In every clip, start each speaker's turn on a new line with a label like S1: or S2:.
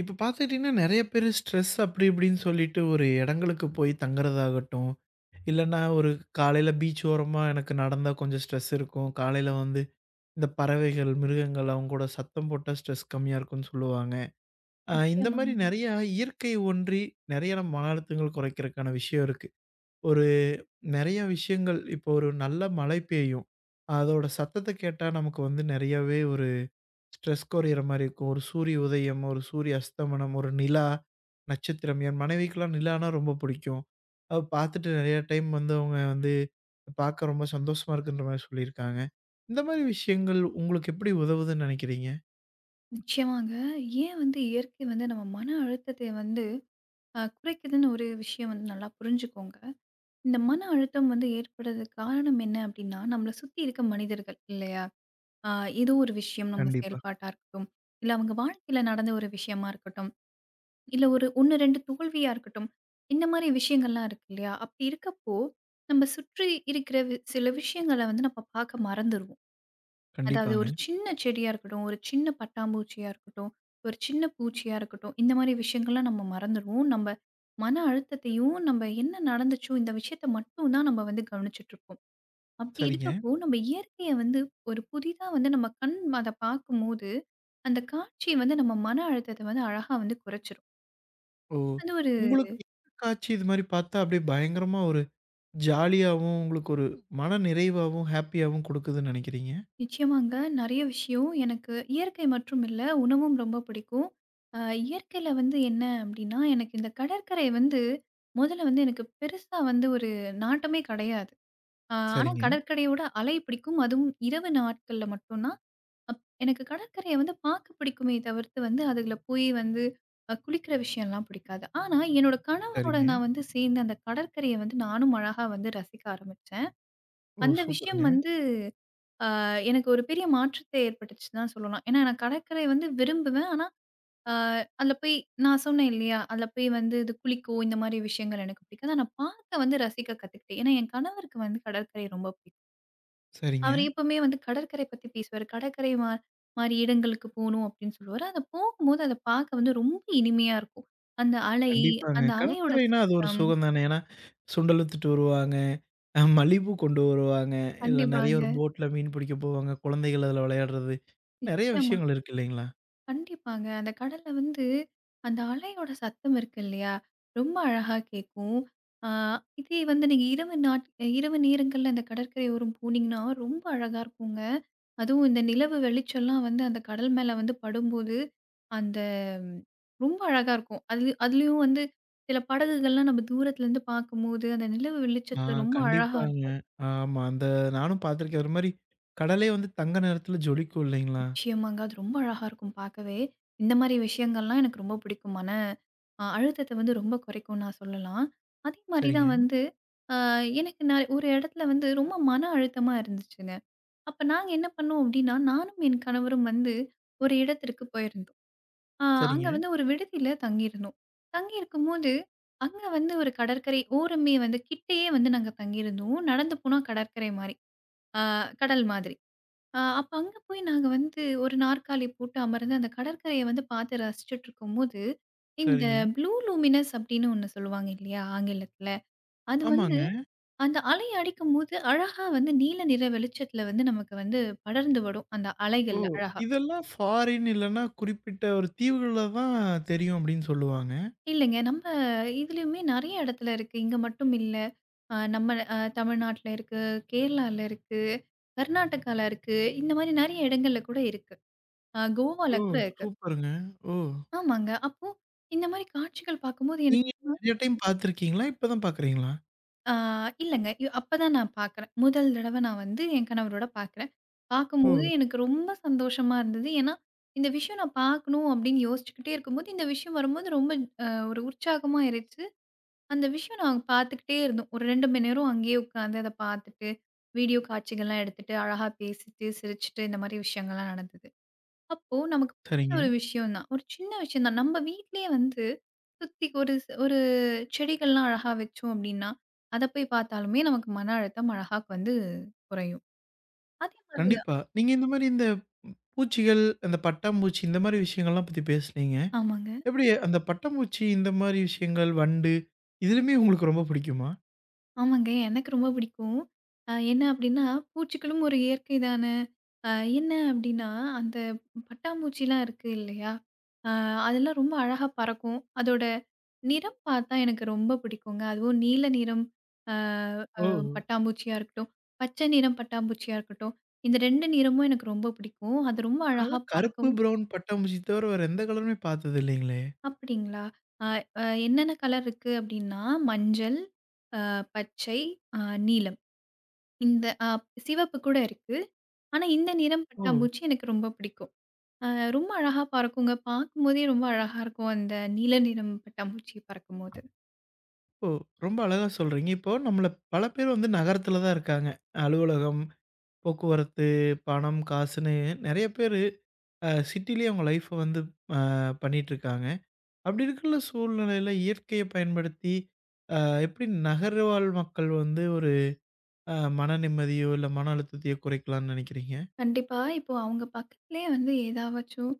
S1: இப்ப பார்த்துக்கிட்டீங்கன்னா, நெறைய பேரு ஸ்ட்ரெஸ் அப்படி இப்படின்னு சொல்லிட்டு ஒரு இடங்களுக்கு போய் தங்குறதாகட்டும், இல்லன்னா ஒரு காலையில பீச் ஓரமா எனக்கு நடந்தா கொஞ்சம் ஸ்ட்ரெஸ் இருக்கும். காலையில வந்து இந்த பறவைகள், மிருகங்கள் அவங்க கூட சத்தம் போட்டா ஸ்ட்ரெஸ் கம்மியா இருக்கும்னு சொல்லுவாங்க. இந்த மாரி
S2: நிச்சயமாங்க.
S1: நெறையா இயற்கை ஒன்றி நெறைய நம்ம மன அழுத்தங்கள் குறைக்கிறதுக்கான விஷயம் இருக்கு. ஒரு நெறைய விஷயங்கள் இப்போ ஒரு நல்ல மழை பெய்யும். அதோட சத்தத்த கேட்டா நமக்கு வந்து நெறையவே ஒரு ஸ்ட்ரெஸ் குறையிற மாரி இருக்கும். ஒரு சூரிய உதயம், ஒரு சூரிய அஸ்தமனம், ஒரு நிலா, நட்சத்திரம். என் மனைவிக்கெல்லாம் நிலான்னா ரொம்ப பிடிக்கும். அவ பார்த்துட்டு நெறைய டைம் வந்து அவங்க வந்து பார்க்க ரொம்ப சந்தோஷமா இருக்குன்ற மாரி சொல்லியிருக்காங்க. இந்த மாரி விஷயங்கள் உங்களுக்கு எப்படி உதவுதுன்னு நெனைக்கிறீங்க?
S2: நிச்சயமாங்க. ஏன் இயற்கை நம்ம மன அழுத்தத்தை வந்து அ குறைக்குதுன்னு ஒரு விஷயம் நல்லா புரிஞ்சுக்கோங்க. இந்த மன அழுத்தம் ஏற்படுறதுக்கு காரணம் என்ன அப்டின்னா, நம்மள சுத்தி இருக்க மனிதர்கள் இல்லையா? அ ஏதோ ஒரு விஷயம் நம்ம
S1: கண்டிப்பா,
S2: செயல்பாட்டா இருக்கட்டும், இல்ல அவங்க வாழ்க்கையில நடந்த ஒரு விஷயமா இருக்கட்டும், இல்ல ஒரு 1, 2 தோல்வியா இருக்கட்டும். இந்த மாரி விஷயங்கள்லாம் இருக்கு இல்லையா? அப்படி இருக்கப்போ, நம்ம சுற்றி இருக்கிற சில விஷயங்கள நம்ம பார்க்க மறந்துருவோம். அதாவது
S1: கண்டிப்பாங்க.
S2: ஒரு சின்ன செடியா இருக்கட்டும், ஒரு சின்ன பட்டாம்பூச்சியா இருக்கட்டும், ஒரு சின்ன பூச்சியா இருக்கட்டும், இந்த மாரி விஷயங்கள்லாம் நம்ம மறந்துருவோம். நம்ப மன அழுத்தத்தையும், நம்ப என்ன நடந்துச்சோ, இந்த விஷயத்த மட்டும் தான் நம்ம கவனிச்சுட்டுருப்போம். அப்படி
S1: சரிங்க.
S2: இருக்கப்போ, நம்ம இயற்கைய ஒரு புதிதா நம்ம கண் அத பார்க்கும்போது, அந்த காட்சி நம்ம மன அழுத்தத்த அழகா குறைச்சிரும்.
S1: ஓ!
S2: வந்து ஒரு
S1: உங்களுக்கு எந்த காட்சி இது மாரி பார்த்தா அப்படியே பயங்கரமா ஒரு ஜாலியாவும், உங்களுக்கு ஒரு மன நிறைவாவும், ஹேப்பியாவும் குடுக்குதுன்னு நெனைக்கிறீங்க?
S2: நிச்சயமாங்க. நெறைய விஷயம். எனக்கு இயற்கை மற்றும் இல்ல, உணவும் ரொம்ப பிடிக்கும். அ இயற்கையில என்ன அப்டின்னா, எனக்கு இந்த கடற்கரை முதல்ல எனக்கு பெருசா வந்து ஒரு நாட்டமே கிடையாது. ஆனா
S1: சரிங்க,
S2: கடற்கரையோட அலை பிடிக்கும். அதுவும் இரவு நாட்கள்ல மட்டும் தான். எனக்கு கடற்கரைய பார்க்க பிடிக்குமே தவிர்த்து அதுல போய் வந்து அ குளிக்கிற விஷயம்லாம் பிடிக்காது. ஆனா என்னோட கணவரோட
S1: சரிங்க.
S2: நான் சேர்ந்து அந்த கடற்கரைய நானும் அழகா ரசிக்க ஆரம்பிச்சேன்.
S1: ஓ!
S2: அந்த விஷயம்
S1: சூப்பருங்க.
S2: எனக்கு ஒரு பெரிய மாற்றத்தை ஏற்பட்டுச்சு தான் சொல்லலாம். ஏன்னா, நான் கடற்கரை விரும்புவேன். ஆனா, அ அதில போய் நான் சொன்னேன் இல்லையா? அதில போய் இது குளிக்கவும் இந்த மாரி விஷயங்கள் எனக்கு பிடிக்காது. ஆனா, பார்க்க ரசிக்க கத்துக்கிட்டேன். ஏன்னா, என் கணவருக்கு கடற்கரை ரொம்ப பிடிக்கும்.
S1: சரிங்க.
S2: அவர் எப்பவுமே கடற்கரை பத்தி பேசுவாரு. கடற்கரை மா மாரி இடங்களுக்கு போணும் அப்படின்னு சொல்லுவாரு. அத போகும்போது அத பார்க்க ரொம்ப இனிமையா இருக்கும். அந்த அலை,
S1: கண்டிப்பாங்க.
S2: அந்த அலையோட
S1: கடற்கரைனா அது ஒரு
S2: சத்தம்.
S1: சுகம் தானே. ஏன்னா, சுண்டல் வித்துட்டு வருவாங்க. மல்லிப்பூ கொண்டு வருவாங்க. இல்ல நெறைய ஒரு
S2: கண்டிப்பாங்க.
S1: போட்ல மீன் பிடிக்க போவாங்க. குழந்தைகள் அதுல விளையாடுறது. நெறைய
S2: நிச்சயமா.
S1: விஷயங்கள் இருக்கு இல்லைங்களா?
S2: கண்டிப்பாங்க. அந்த கடல்ல அந்த அலையோட சத்தம் இருக்கு இல்லையா? ரொம்ப அழகா கேட்கும். ஆ இதே நீங்க இரவு நேரங்கள்ல அந்த கடற்கரை ஓரம் போனீங்கன்னா, ரொம்ப அழகா இருக்குங்க. அதுவும் இந்த நிலவு வெளிச்சம்லாம் அந்த கடல் மேல படும்போது, அந்த ம், ரொம்ப அழகா இருக்கும். அது அதுலயும் சில படகுகள்லாம் நம்ம தூரத்துலருந்து பார்க்கும்போது, அந்த நிலவு
S1: ஆ
S2: வெளிச்சத்துல ரொம்ப அழகா
S1: கண்டிப்பாங்க.
S2: இருக்கும்.
S1: ஆமா. அந்த நானும் பார்த்துருக்கேன். ஒரு மாரி கடலே வந்து தங்க நிறத்துல ஜொலிக்கும் இல்லைங்களா?
S2: நிச்சயமாங்க. அது ரொம்ப அழகா இருக்கும் பார்க்கவே. இந்த மாரி விஷயங்கள்லாம் எனக்கு ரொம்ப பிடிக்கும். மன அ அழுத்தத்த ரொம்ப குறைக்கும்னு நான் சொல்லலாம். அதே மாரி
S1: சரிங்க,
S2: தான் வந்து அ எனக்கு நான் ஒரு இடத்துல ரொம்ப மன அழுத்தமா இருந்துச்சுங்க. அப்ப நாங்க என்ன பண்ணோம் அப்டின்னா, நானும் என் கணவரும் ஒரு இடத்திற்கு போயிருந்தோம். அ அங்க
S1: சரிங்க,
S2: ஒரு விடுதியில தங்கியிருந்தோம். தங்கியிருக்கும்போது, அங்க ஒரு கடற்கரை ஓரமே கிட்டயே நாங்க தங்கியிருந்தோம். நடந்து போனா கடற்கரை மாரி. அ கடல் மாதிரி. அப்ப அங்க போய் நாங்க ஒரு நாற்காலி போட்டு அமர்ந்து அந்த கடற்கரைய பார்த்து ரசிச்சுட்ருக்கும்போது, இந்த
S1: சரிங்க.
S2: ப்ளூ லூமினஸ் அப்டின்னு ஒண்ணு சொல்லுவாங்க இல்லையா? ஆங்கிலத்துல. அது
S1: ஆமாங்க.
S2: அந்த அலை அடிக்கும்போது அழகா நீல நிற வெளிச்சத்துல நமக்கு படர்ந்து வரும். அந்த
S1: ஓ!
S2: அலைகள்ல அழகா.
S1: இதெல்லாம் ஃபாரின் இல்லன்னா குறிப்பிட்ட ஒரு தீவுகள்ல தான் தெரியும் அப்படின்னு சொல்லுவாங்க.
S2: இல்லைங்க நம்ம இதுலயுமே நெறைய இடத்துல இருக்கு. இங்க மட்டும் இல்ல. நம்ம தமிழ்நாட்டுல இருக்கு, கேரளால இருக்கு, கர்நாடகால இருக்கு. இந்த மாரி நெறைய இடங்கள்ல கூட இருக்கு. கோவால
S1: ஓ!
S2: கூட இருக்கு.
S1: சூப்பருங்க. ஓ!
S2: ஆமாங்க. அப்போ இந்த மாரி காட்சிகள் பார்க்கும்போது எனக்கு
S1: நீங்க நெறைய டைம் பார்த்துருக்கீங்களா? இப்ப தான் பார்க்குறீங்களா?
S2: ஆ இல்லங்க. அப்பதான் நான் பார்க்குறேன். முதல் தடவ நான் என் கணவரோட பார்க்குறேன்.
S1: ஓ!
S2: பார்க்கும்போது ம். எனக்கு ரொம்ப சந்தோஷமா இருந்தது. ஏன்னா, இந்த விஷயம் நான் பார்க்கணும் அப்படின்னு யோசிச்சுக்கிட்டே இருக்கும்போது, இந்த விஷயம் வரும்போது ரொம்ப ஒரு உற்சாகமா ஆயிருச்சு. அந்த விஷயம் நாங்க பார்த்துக்கிட்டே இருந்தோம். ஒரு 2 மணி நேரம் அங்கேயே உட்காந்து அத பார்த்துட்டு, வீடியோ காட்சிகள்லாம் எடுத்துட்டு, அழகா பேசிட்டு, சிரிச்சுட்டு இந்த மாரி விஷயங்கள்லாம் நடந்தது. அப்போ நமக்கு பிடிச்ச
S1: சரிங்க.
S2: ஒரு விஷயம் தான். ஒரு சின்ன விஷயம் தான். நம்ம வீட்லயே சுத்தி ஒரு செடிகள்லாம் அழகா வச்சோம் அப்படின்னா, அத போய் பார்த்தாலுமே நமக்கு மன அழுத்தம் அழகா குறையும். அதே மாதிரி தான்
S1: கண்டிப்பா. நீங்க இந்த மாரி இந்த பூச்சிகள், அந்த பட்டாம்பூச்சி இந்த மாரி விஷயங்கள்லாம் பத்தி பேசுனீங்க.
S2: ஆமாங்க,
S1: எப்படி அந்த பட்டாம்பூச்சி இந்த மாரி விஷயங்கள், வண்டு இதுலயுமே உங்களுக்கு ரொம்ப பிடிக்குமா?
S2: ஆமாங்க. எனக்கு ரொம்ப பிடிக்கும். என்ன அப்படின்னா, பூச்சிகளும் ஒரு இயற்கை தான. அ என்ன அப்படின்னா, அந்த பட்டாம்பூச்சிலாம் இருக்கு இல்லையா? அ அதெல்லாம் ரொம்ப அழகா பறக்கும். அதோட நிறம் பார்த்தா எனக்கு ரொம்ப பிடிக்குங்க. அதுவும் நீல நிறம் அ அ
S1: ஓ!
S2: பட்டாம்பூச்சியா இருக்கட்டும், பச்சை நிறம் பட்டாம்பூச்சியா இருக்கட்டும், இந்த 2 நிறமும் எனக்கு ரொம்ப பிடிக்கும். அது ரொம்ப அழகா
S1: நான்லாம் கருப்பு,
S2: பறக்கவும்
S1: பிரவுன் பட்டாம்பூச்சி தவிர வேற எந்த கலருமே பார்த்தது இல்லைங்களே!
S2: அப்படிங்களா? அ அ என்னென்ன கலர் இருக்கு அப்படின்னா, மஞ்சள், பச்சை, அ நீலம். இந்த அ சிவப்பு கூட இருக்கு. ஆனா, இந்த நிறம்
S1: ஓ!
S2: பட்டாம்பூச்சி எனக்கு ரொம்ப பிடிக்கும். அ ரொம்ப அழகா பறக்குங்க. பார்க்கும்போதே ரொம்ப அழகா இருக்கும். அந்த நீல நிறம் பட்டாம்பூச்சி பறக்கும்போது.
S1: ஓ! ரொம்ப அழகா சொல்றீங்க. இப்போ நம்மள பல பேர் வந்து நகரத்தில தான் இருக்காங்க. அலுவலகம், போக்குவரத்து, பணம், காசுன்னு நெறைய பேரு சிட்டிலயே அவங்க லைஃப்ப வந்து அ பண்ணிட்டுருக்காங்க. அப்படி இருக்குள்ள சூழ்நிலையில இயற்கைய பயன்படுத்தி, அ எப்படி நகர்வாழ் மக்கள் வந்து ஒரு அ மன நிம்மதியோ, இல்ல மன அழுத்தத்தையோ குறைக்கலாம்னு நினைக்கிறீங்க?
S2: கண்டிப்பா. இப்போ அவங்க பக்கத்திலேயே ஏதாவாச்சும்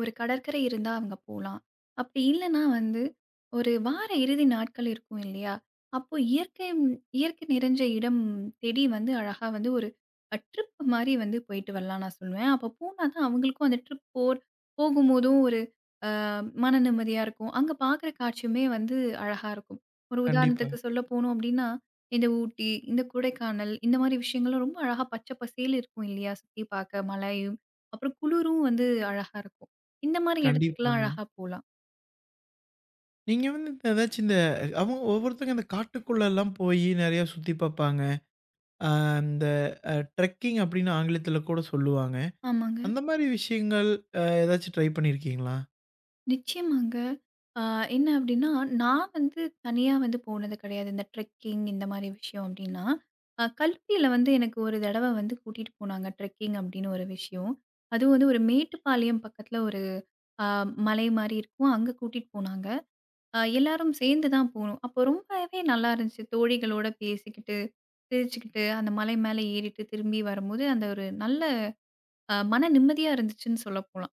S2: ஒரு கடற்கரை இருந்தா அவங்க போலாம். அப்படி இல்லன்னா ஒரு வார இறுதி நாட்கள் இருக்கும் இல்லையா? அப்போ இயற்கை இயற்கை நிறைஞ்ச இடம் தேடி அழகா வந்து ஒரு அ ட்ரிப் மாரி போயிட்டு வரலாம்ன்னு நான் சொல்லுவேன். அப்ப போனா தான் அவங்களுக்கும் அந்த ட்ரிப் போர் போகும்போதும் ஒரு மன நிம்மதியா இருக்கும். அங்க பார்க்குற காட்சியுமே அழகா இருக்கும். ஒரு
S1: கண்டிப்பா,
S2: உதாரணத்துக்கு சொல்ல போனோம் அப்டின்னா, இந்த ஊட்டி, இந்த கொடைக்கானல் இந்த மாரி விஷயங்கள்லாம் ரொம்ப அழகா பச்சை பசேல்னு இருக்கும் இல்லையா? சுத்தி பார்க்க மலையும், அப்புறம் குளிரும் அழகா இருக்கும். இந்த மாரி இடத்துக்குலாம்
S1: கண்டிப்பாங்க.
S2: அழகா போலாம்.
S1: நீங்க வந்து இந்த ஏதாச்சும் இந்த அவங்க ஒவ்வொருத்தங்க இந்த காட்டுக்குள்ளலாம் போயி நெறையா சுத்தி பார்ப்பாங்க. அ இந்த ட்ரெக்கிங் அப்படின்னு ஆங்கிலத்தில கூட சொல்லுவாங்க.
S2: ஆமாங்க.
S1: அந்த மாரி விஷயங்கள் ஏதாச்சும் ட்ரை பண்ணியிருக்கீங்களா?
S2: நிச்சயமாங்க. ஆ என்ன அப்டின்னா, நான் தனியா போனது கிடையாது. இந்த ட்ரெக்கிங் இந்த மாரி விஷயம் அப்டின்னா, கல்லூரியில எனக்கு ஒரு தடவ கூட்டிட்டு போனாங்க. ட்ரெக்கிங் அப்டின்னு ஒரு விஷயம். அதுவும் ஒரு மேட்டுப்பாளையம் பக்கத்துல ஒரு அ மலை மாரி இருக்கும். அங்க கூட்டிட்டு போனாங்க. எல்லாரும் சேர்ந்து தான் போனோம். அப்போ ரொம்பவே நல்லா இருந்துச்சு. தோழிகளோட பேசிக்கிட்டு, சிரிச்சுக்கிட்டு, அந்த மலை மேல ஏறிட்டு திரும்பி வரும்போது, அந்த ஒரு நல்ல மன நிம்மதியா இருந்துச்சுன்னு சொல்லப்போலாம்.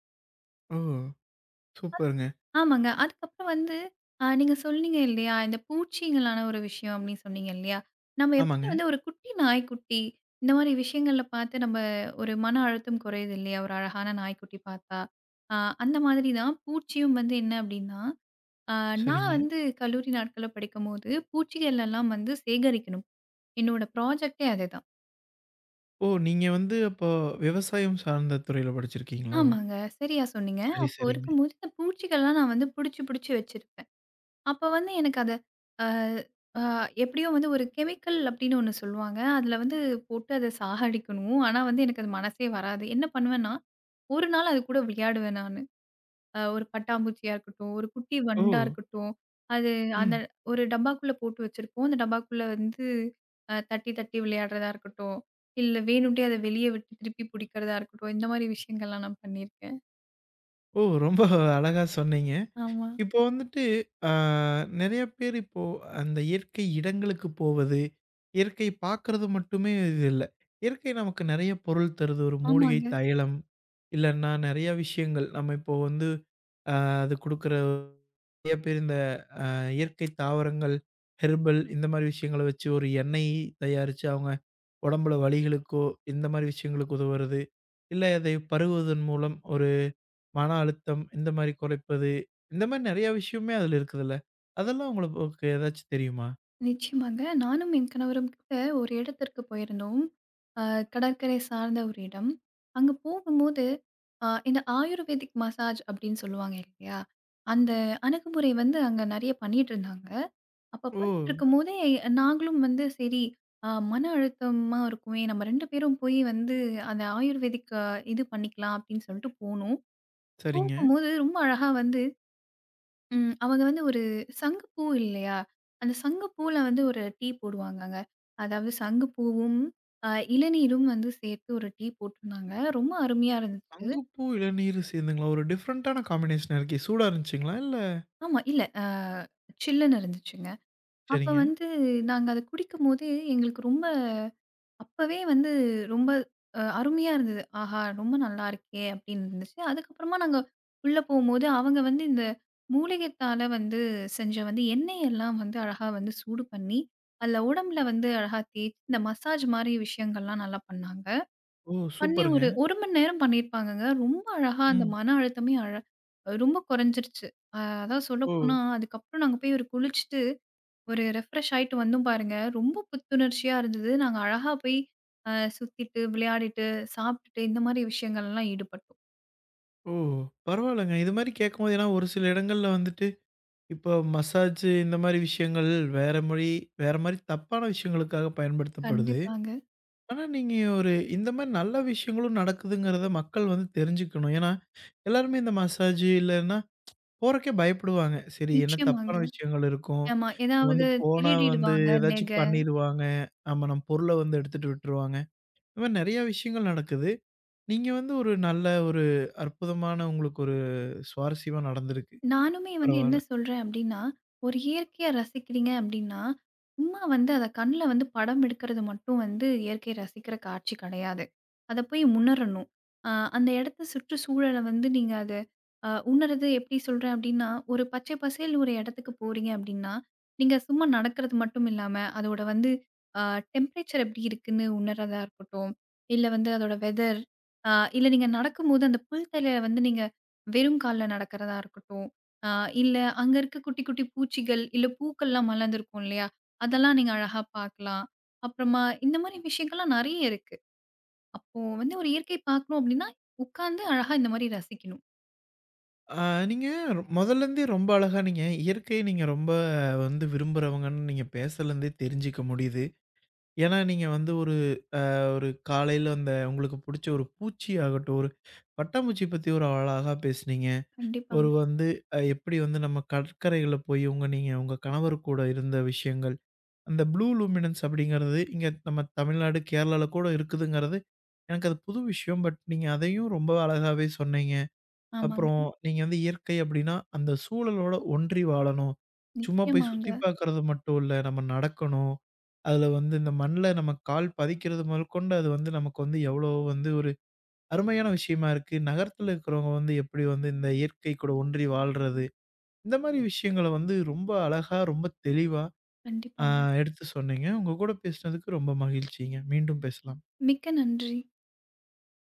S1: ஓ! சூப்பருங்க.
S2: ஆமாங்க. அதுக்கப்புறம் வந்து அ நீங்க சொன்னீங்க இல்லையா? இந்த பூச்சிகளான ஒரு விஷயம் அப்படின்னு சொன்னீங்க இல்லையா? நம்ம எப்படி
S1: ஆமாங்க.
S2: ஒரு குட்டி நாய்க்குட்டி, இந்த மாரி விஷயங்கள்ல பார்த்து நம்ம ஒரு மன அழுத்தம் குறையுது இல்லையா? ஒரு அழகான நாய்க்குட்டி பார்த்தா. அ அந்த மாதிரி தான் பூச்சியும் என்ன அப்படின்னா, அ நான்
S1: சரிங்க.
S2: கல்லூரி நாட்கள்ல படிக்கும்போது பூச்சிகள் எல்லாம் சேகரிக்கணும். என்னோட ப்ராஜெக்ட்டே அதுதான்.
S1: ஓ! நீங்க வந்து அப்போ விவசாயம் சார்ந்த துறையில படிச்சிருக்கீங்களோ?
S2: ஆமாங்க. சரியா சொன்னீங்க. அப்போ
S1: சரிங்க.
S2: இருக்கும்போது இந்த பூச்சிகள்லாம் நான் புடிச்சு, புடிச்சு வச்சிருப்பேன். அப்ப எனக்கு அத அ அ எப்படியோ ஒரு கெமிக்கல் அப்படின்னு ஒண்ணு சொல்லுவாங்க. அதுல போட்டு அத சாகடிக்கணும். ஆனா எனக்கு அது மனசே வராது. என்ன பண்ணுவேன்னா, ஒரு நாள் அது கூட விளையாடுவேன் நானு. ஒரு பட்டாம்பூச்சியா இருக்கட்டும், ஒரு குட்டி
S1: ஓ!
S2: வண்டா இருக்கட்டும். அது அந்த
S1: ம்.
S2: ஒரு டப்பாக்குள்ள போட்டு வச்சிருப்போம். அந்த டப்பாக்குள்ள வந்து அ தட்டி தட்டி விளையாடுறதா இருக்கட்டும். இல்ல வேணும்ட்டே அத வெளிய விட்டு திருப்பி புடிக்கிறதா இருக்கட்டும். இந்த மாரி விஷயங்கள்லாம் நான் பண்ணியிருக்கேன்.
S1: ஓ! ரொம்ப அழகா சொன்னீங்க.
S2: ஆமா.
S1: இப்போ வந்துட்டு, ஆ நெறைய பேர் இப்போ அந்த இயற்கை இடங்களுக்கு போவது, இயற்கை பார்க்கறது மட்டுமே இது இல்ல. இயற்கை நமக்கு நெறைய பொருள் தருது. ஒரு மூலிகை
S2: ஆமாங்க.
S1: தைலம், இல்லன்னா நெறைய விஷயங்கள். நம்ம இப்போ வந்து அ அது குடுக்குற நெறைய பேர் இந்த இயற்கை தாவரங்கள், ஹெர்பல் இந்த மாரி விஷயங்கள வச்சு ஒரு எண்ணெய் தயாரிச்சு அவங்க உடம்புல வலிகளுக்கோ, இந்த மாரி விஷயங்களுக்கு உதவுறது. இல்ல அதை பருகுவதன் மூலம் ஒரு மன அழுத்தம் இந்த மாரி குறைப்பது, இந்த மாரி நெறைய விஷயமே அதுல இருக்குதுல்ல. அதெல்லாம் உங்களுக்கு ஏதாச்சும் தெரியுமா?
S2: நிச்சயமாங்க. நானும் என் கணவரும் கூட ஒரு இடத்திற்கு போயிருந்தோம். அ கடற்கரை சார்ந்த ஒரு இடம். அங்க போகும்போது, இந்த ஆயுர்வேதிக் மசாஜ் அப்படின்னு சொல்லுவாங்க இல்லையா? அந்த அணுகுமுறை அங்க நெறைய பண்ணிட்டுருந்தாங்க. அப்ப
S1: ஓ!
S2: பண்ணிட்டுருக்கும்போதே நாங்களும் சரி, மன அழுத்தமா இருக்குமே, நம்ம 2 பேரும் போய் அந்த ஆயுர்வேதிக் இது பண்ணிக்கலாம் அப்படின்னு சொல்லிட்டு போனோம்.
S1: சரிங்க.
S2: போகும்போது ரொம்ப அழகா வந்து ம். அவங்க ஒரு சங்குப்பூ இல்லையா? அந்த சங்குப்பூல ஒரு டீ போடுவாங்கங்க. அதாவது சங்குப்பூவும், அ இளநீரும் சேர்த்து ஒரு டீ போட்டிருந்தாங்க. ரொம்ப அருமையா இருந்துச்சு.
S1: சங்குப்பூ, இளநீர் சேர்ந்துங்களா? ஒரு டிஃபரண்டான காம்பினேஷனா இருக்கே! சூடா இருந்துச்சுங்களா? இல்ல
S2: ஆமா. இல்ல. சில்லுன்னு இருந்துச்சுங்க. அப்ப
S1: சரிங்க.
S2: நாங்க அத குடிக்கும்போது எங்களுக்கு ரொம்ப அப்பவே ரொம்ப அருமையா இருந்தது. ஆஹா! ரொம்ப நல்லா இருக்கே! அப்படின்னு இருந்துச்சு. அதுக்கப்புறமா நாங்க உள்ள போம்போது, அவங்க இந்த மூலிகைத்தால செஞ்ச எண்ணெய் எல்லாம் அழகா சூடு பண்ணி, அதுல உடம்புல அழகா தேய்ச்சு, இந்த மசாஜ் மாரி விஷயங்கள்லாம் நல்லா பண்ணாங்க.
S1: ஓ!
S2: பண்ணி
S1: சூப்பருங்க.
S2: ஒரு 1 மணி நேரம் பண்ணியிருப்பாங்கங்க. ரொம்ப அழகா அந்த
S1: ம்.
S2: மன அழுத்தமே அழ ரொம்ப குறைஞ்சிருச்சு. அதான்
S1: ஓ!
S2: சொல்லப்போனா, அதுக்கப்புறம் நாங்க போய் ஒரு குளிச்சுட்டு ஒரு ரெஃப்ரெஷ் ஆயிட்டு வந்தோம் பாருங்க. ரொம்ப புத்துணர்ச்சியா இருந்தது. நாங்க அழகா போய் அ சுத்திட்டு, விளையாடிட்டு, சாப்பிட்டுட்டு இந்த மாரி விஷயங்கள்லாம் ஈடுபட்டோம்.
S1: ஓ! பரவாயில்லங்க. இது மாரி கேட்கும்போது ஏன்னா ஒரு சில இடங்கள்ல வந்துட்டு, இப்போ மசாஜ் இந்த மாரி விஷயங்கள் வேற மொழி, வேற மாரி தப்பான விஷயங்களுக்காக பயன்படுத்தப்படுது.
S2: கண்டிப்பாங்க.
S1: ஆனா, நீங்க ஒரு இந்த மாரி நல்ல விஷயங்களும் நடக்குதுங்கிறத மக்கள் வந்து தெரிஞ்சுக்கணும். ஏன்னா, எல்லாருமே இந்த மசாஜ் இல்லன்னா போறக்கே பயப்படுவாங்க. சரி என்ன தப்பான
S2: நிச்சயமாங்க.
S1: விஷயங்கள் இருக்கும்.
S2: ஆமா.
S1: வந்து
S2: ஏதாவது
S1: போனா வந்து
S2: திருடிடுவாங்க நெக
S1: ஏதாச்சும் பண்ணிருவாங்க. ஆமா நம்ம பொருள வந்து எடுத்துட்டு விட்டுருவாங்க. இந்த மாரி நெறைய விஷயங்கள் நடக்குது. நீங்க வந்து ஒரு நல்ல ஒரு அற்புதமான உங்களுக்கு ஒரு சுவாரஸ்யமா நடந்திருக்கு.
S2: நானுமே என்ன
S1: பரவால்ல.
S2: சொல்றேன் அப்டின்னா, ஒரு இயற்கைய ரசிக்கிறீங்க அப்டின்னா, சும்மா அத கண்ல படம் எடுக்கிறது மட்டும் இயற்கைய ரசிக்கிற காட்சி கெடையாது. அத போய் உணரணும். அ அந்த இடத்த சுற்றுச்சூழல நீங்க அத உணர்றது எப்டி சொல்றேன் அப்டின்னா, ஒரு பச்சை பசேல்னு ஒரு இடத்துக்கு போறீங்க அப்டின்னா, நீங்க சும்மா நடக்கிறது மட்டும் இல்லாம, அதோட வந்து அ டெம்பரேச்சர் எப்டி இருக்குன்னு உணர்றதா இருக்கட்டும், இல்ல அதோட வெதர், அ இல்ல நீங்க நடக்கும்போது அந்த புல் தரையில நீங்க வெறும் கால்ல நடக்கிறதா இருக்கட்டும். ஆ இல்ல அங்க இருக்க குட்டி, குட்டி பூச்சிகள், இல்ல பூக்கள்லாம் மலர்ந்திருக்கும் இல்லையா? அதெல்லாம் நீங்க அழகா பார்க்கலாம். அப்புறமா இந்த மாரி விஷயங்கள்லாம் நெறைய இருக்கு. அப்போ ஒரு இயற்கை பார்க்கணும் அப்டின்னா, உட்கார்ந்து அழகா இந்த மாரி ரசிக்கணும்.
S1: ஆ நீங்க மொதல்லருந்தே ரொம்ப அழகா நீங்க இயற்கைய நீங்க ரொம்ப வந்து விரும்புறவங்கன்னு நீங்க பேசலருந்தே தெரிஞ்சுக்க முடியுது. ஏன்னா, நீங்க வந்து ஒரு ஒரு காலையில அந்த உங்களுக்கு புடிச்ச ஒரு பூச்சி ஆகட்டும், ஒரு பட்டாம்பூச்சி பத்தி ஒரு அழகா பேசுனீங்க. ஒரு
S2: கண்டிப்பாங்க.
S1: வந்து எப்படி வந்து நம்ம கடற்கரைகள்ல போய் உங்க நீங்க உங்க கணவர் கூட இருந்த விஷயங்கள். அந்த ப்ளூ லூமினன்ஸ் அப்படிங்கிறது இங்க நம்ம தமிழ்நாடு, கேரளால கூட இருக்குதுங்கிறது எனக்கு அது புது விஷயம். பட் நீங்க அதையும் ரொம்ப அழகாவே சொன்னீங்க.
S2: ஆமாங்க.
S1: அப்புறம் நீங்க வந்து இயற்கை அப்படின்னா, அந்த சூழலோட ஒன்றி வாழணும். சும்மா போய்
S2: நிச்சயமாங்க.
S1: சுத்தி பார்க்கறது மட்டும் இல்ல. நம்ம நடக்கணும். அதுல வந்து இந்த மண்ல நம்ம கால் பதிக்கிறது முதற்கொண்டு அது வந்து நமக்கு வந்து எவ்வளோ வந்து ஒரு அருமையான விஷயமா இருக்கு. நகரத்துல இருக்கிறவங்க வந்து எப்படி வந்து இந்த இயற்கை கூட ஒன்றி வாழ்றது. இந்த மாரி விஷயங்கள வந்து ரொம்ப அழகா, ரொம்ப தெளிவா அ
S2: கண்டிப்பாங்க.
S1: எடுத்து சொன்னீங்க. உங்க கூட பேசினதுக்கு ரொம்ப மகிழ்ச்சிங்க. மீண்டும் பேசலாம்.
S2: மிக்க நன்றி.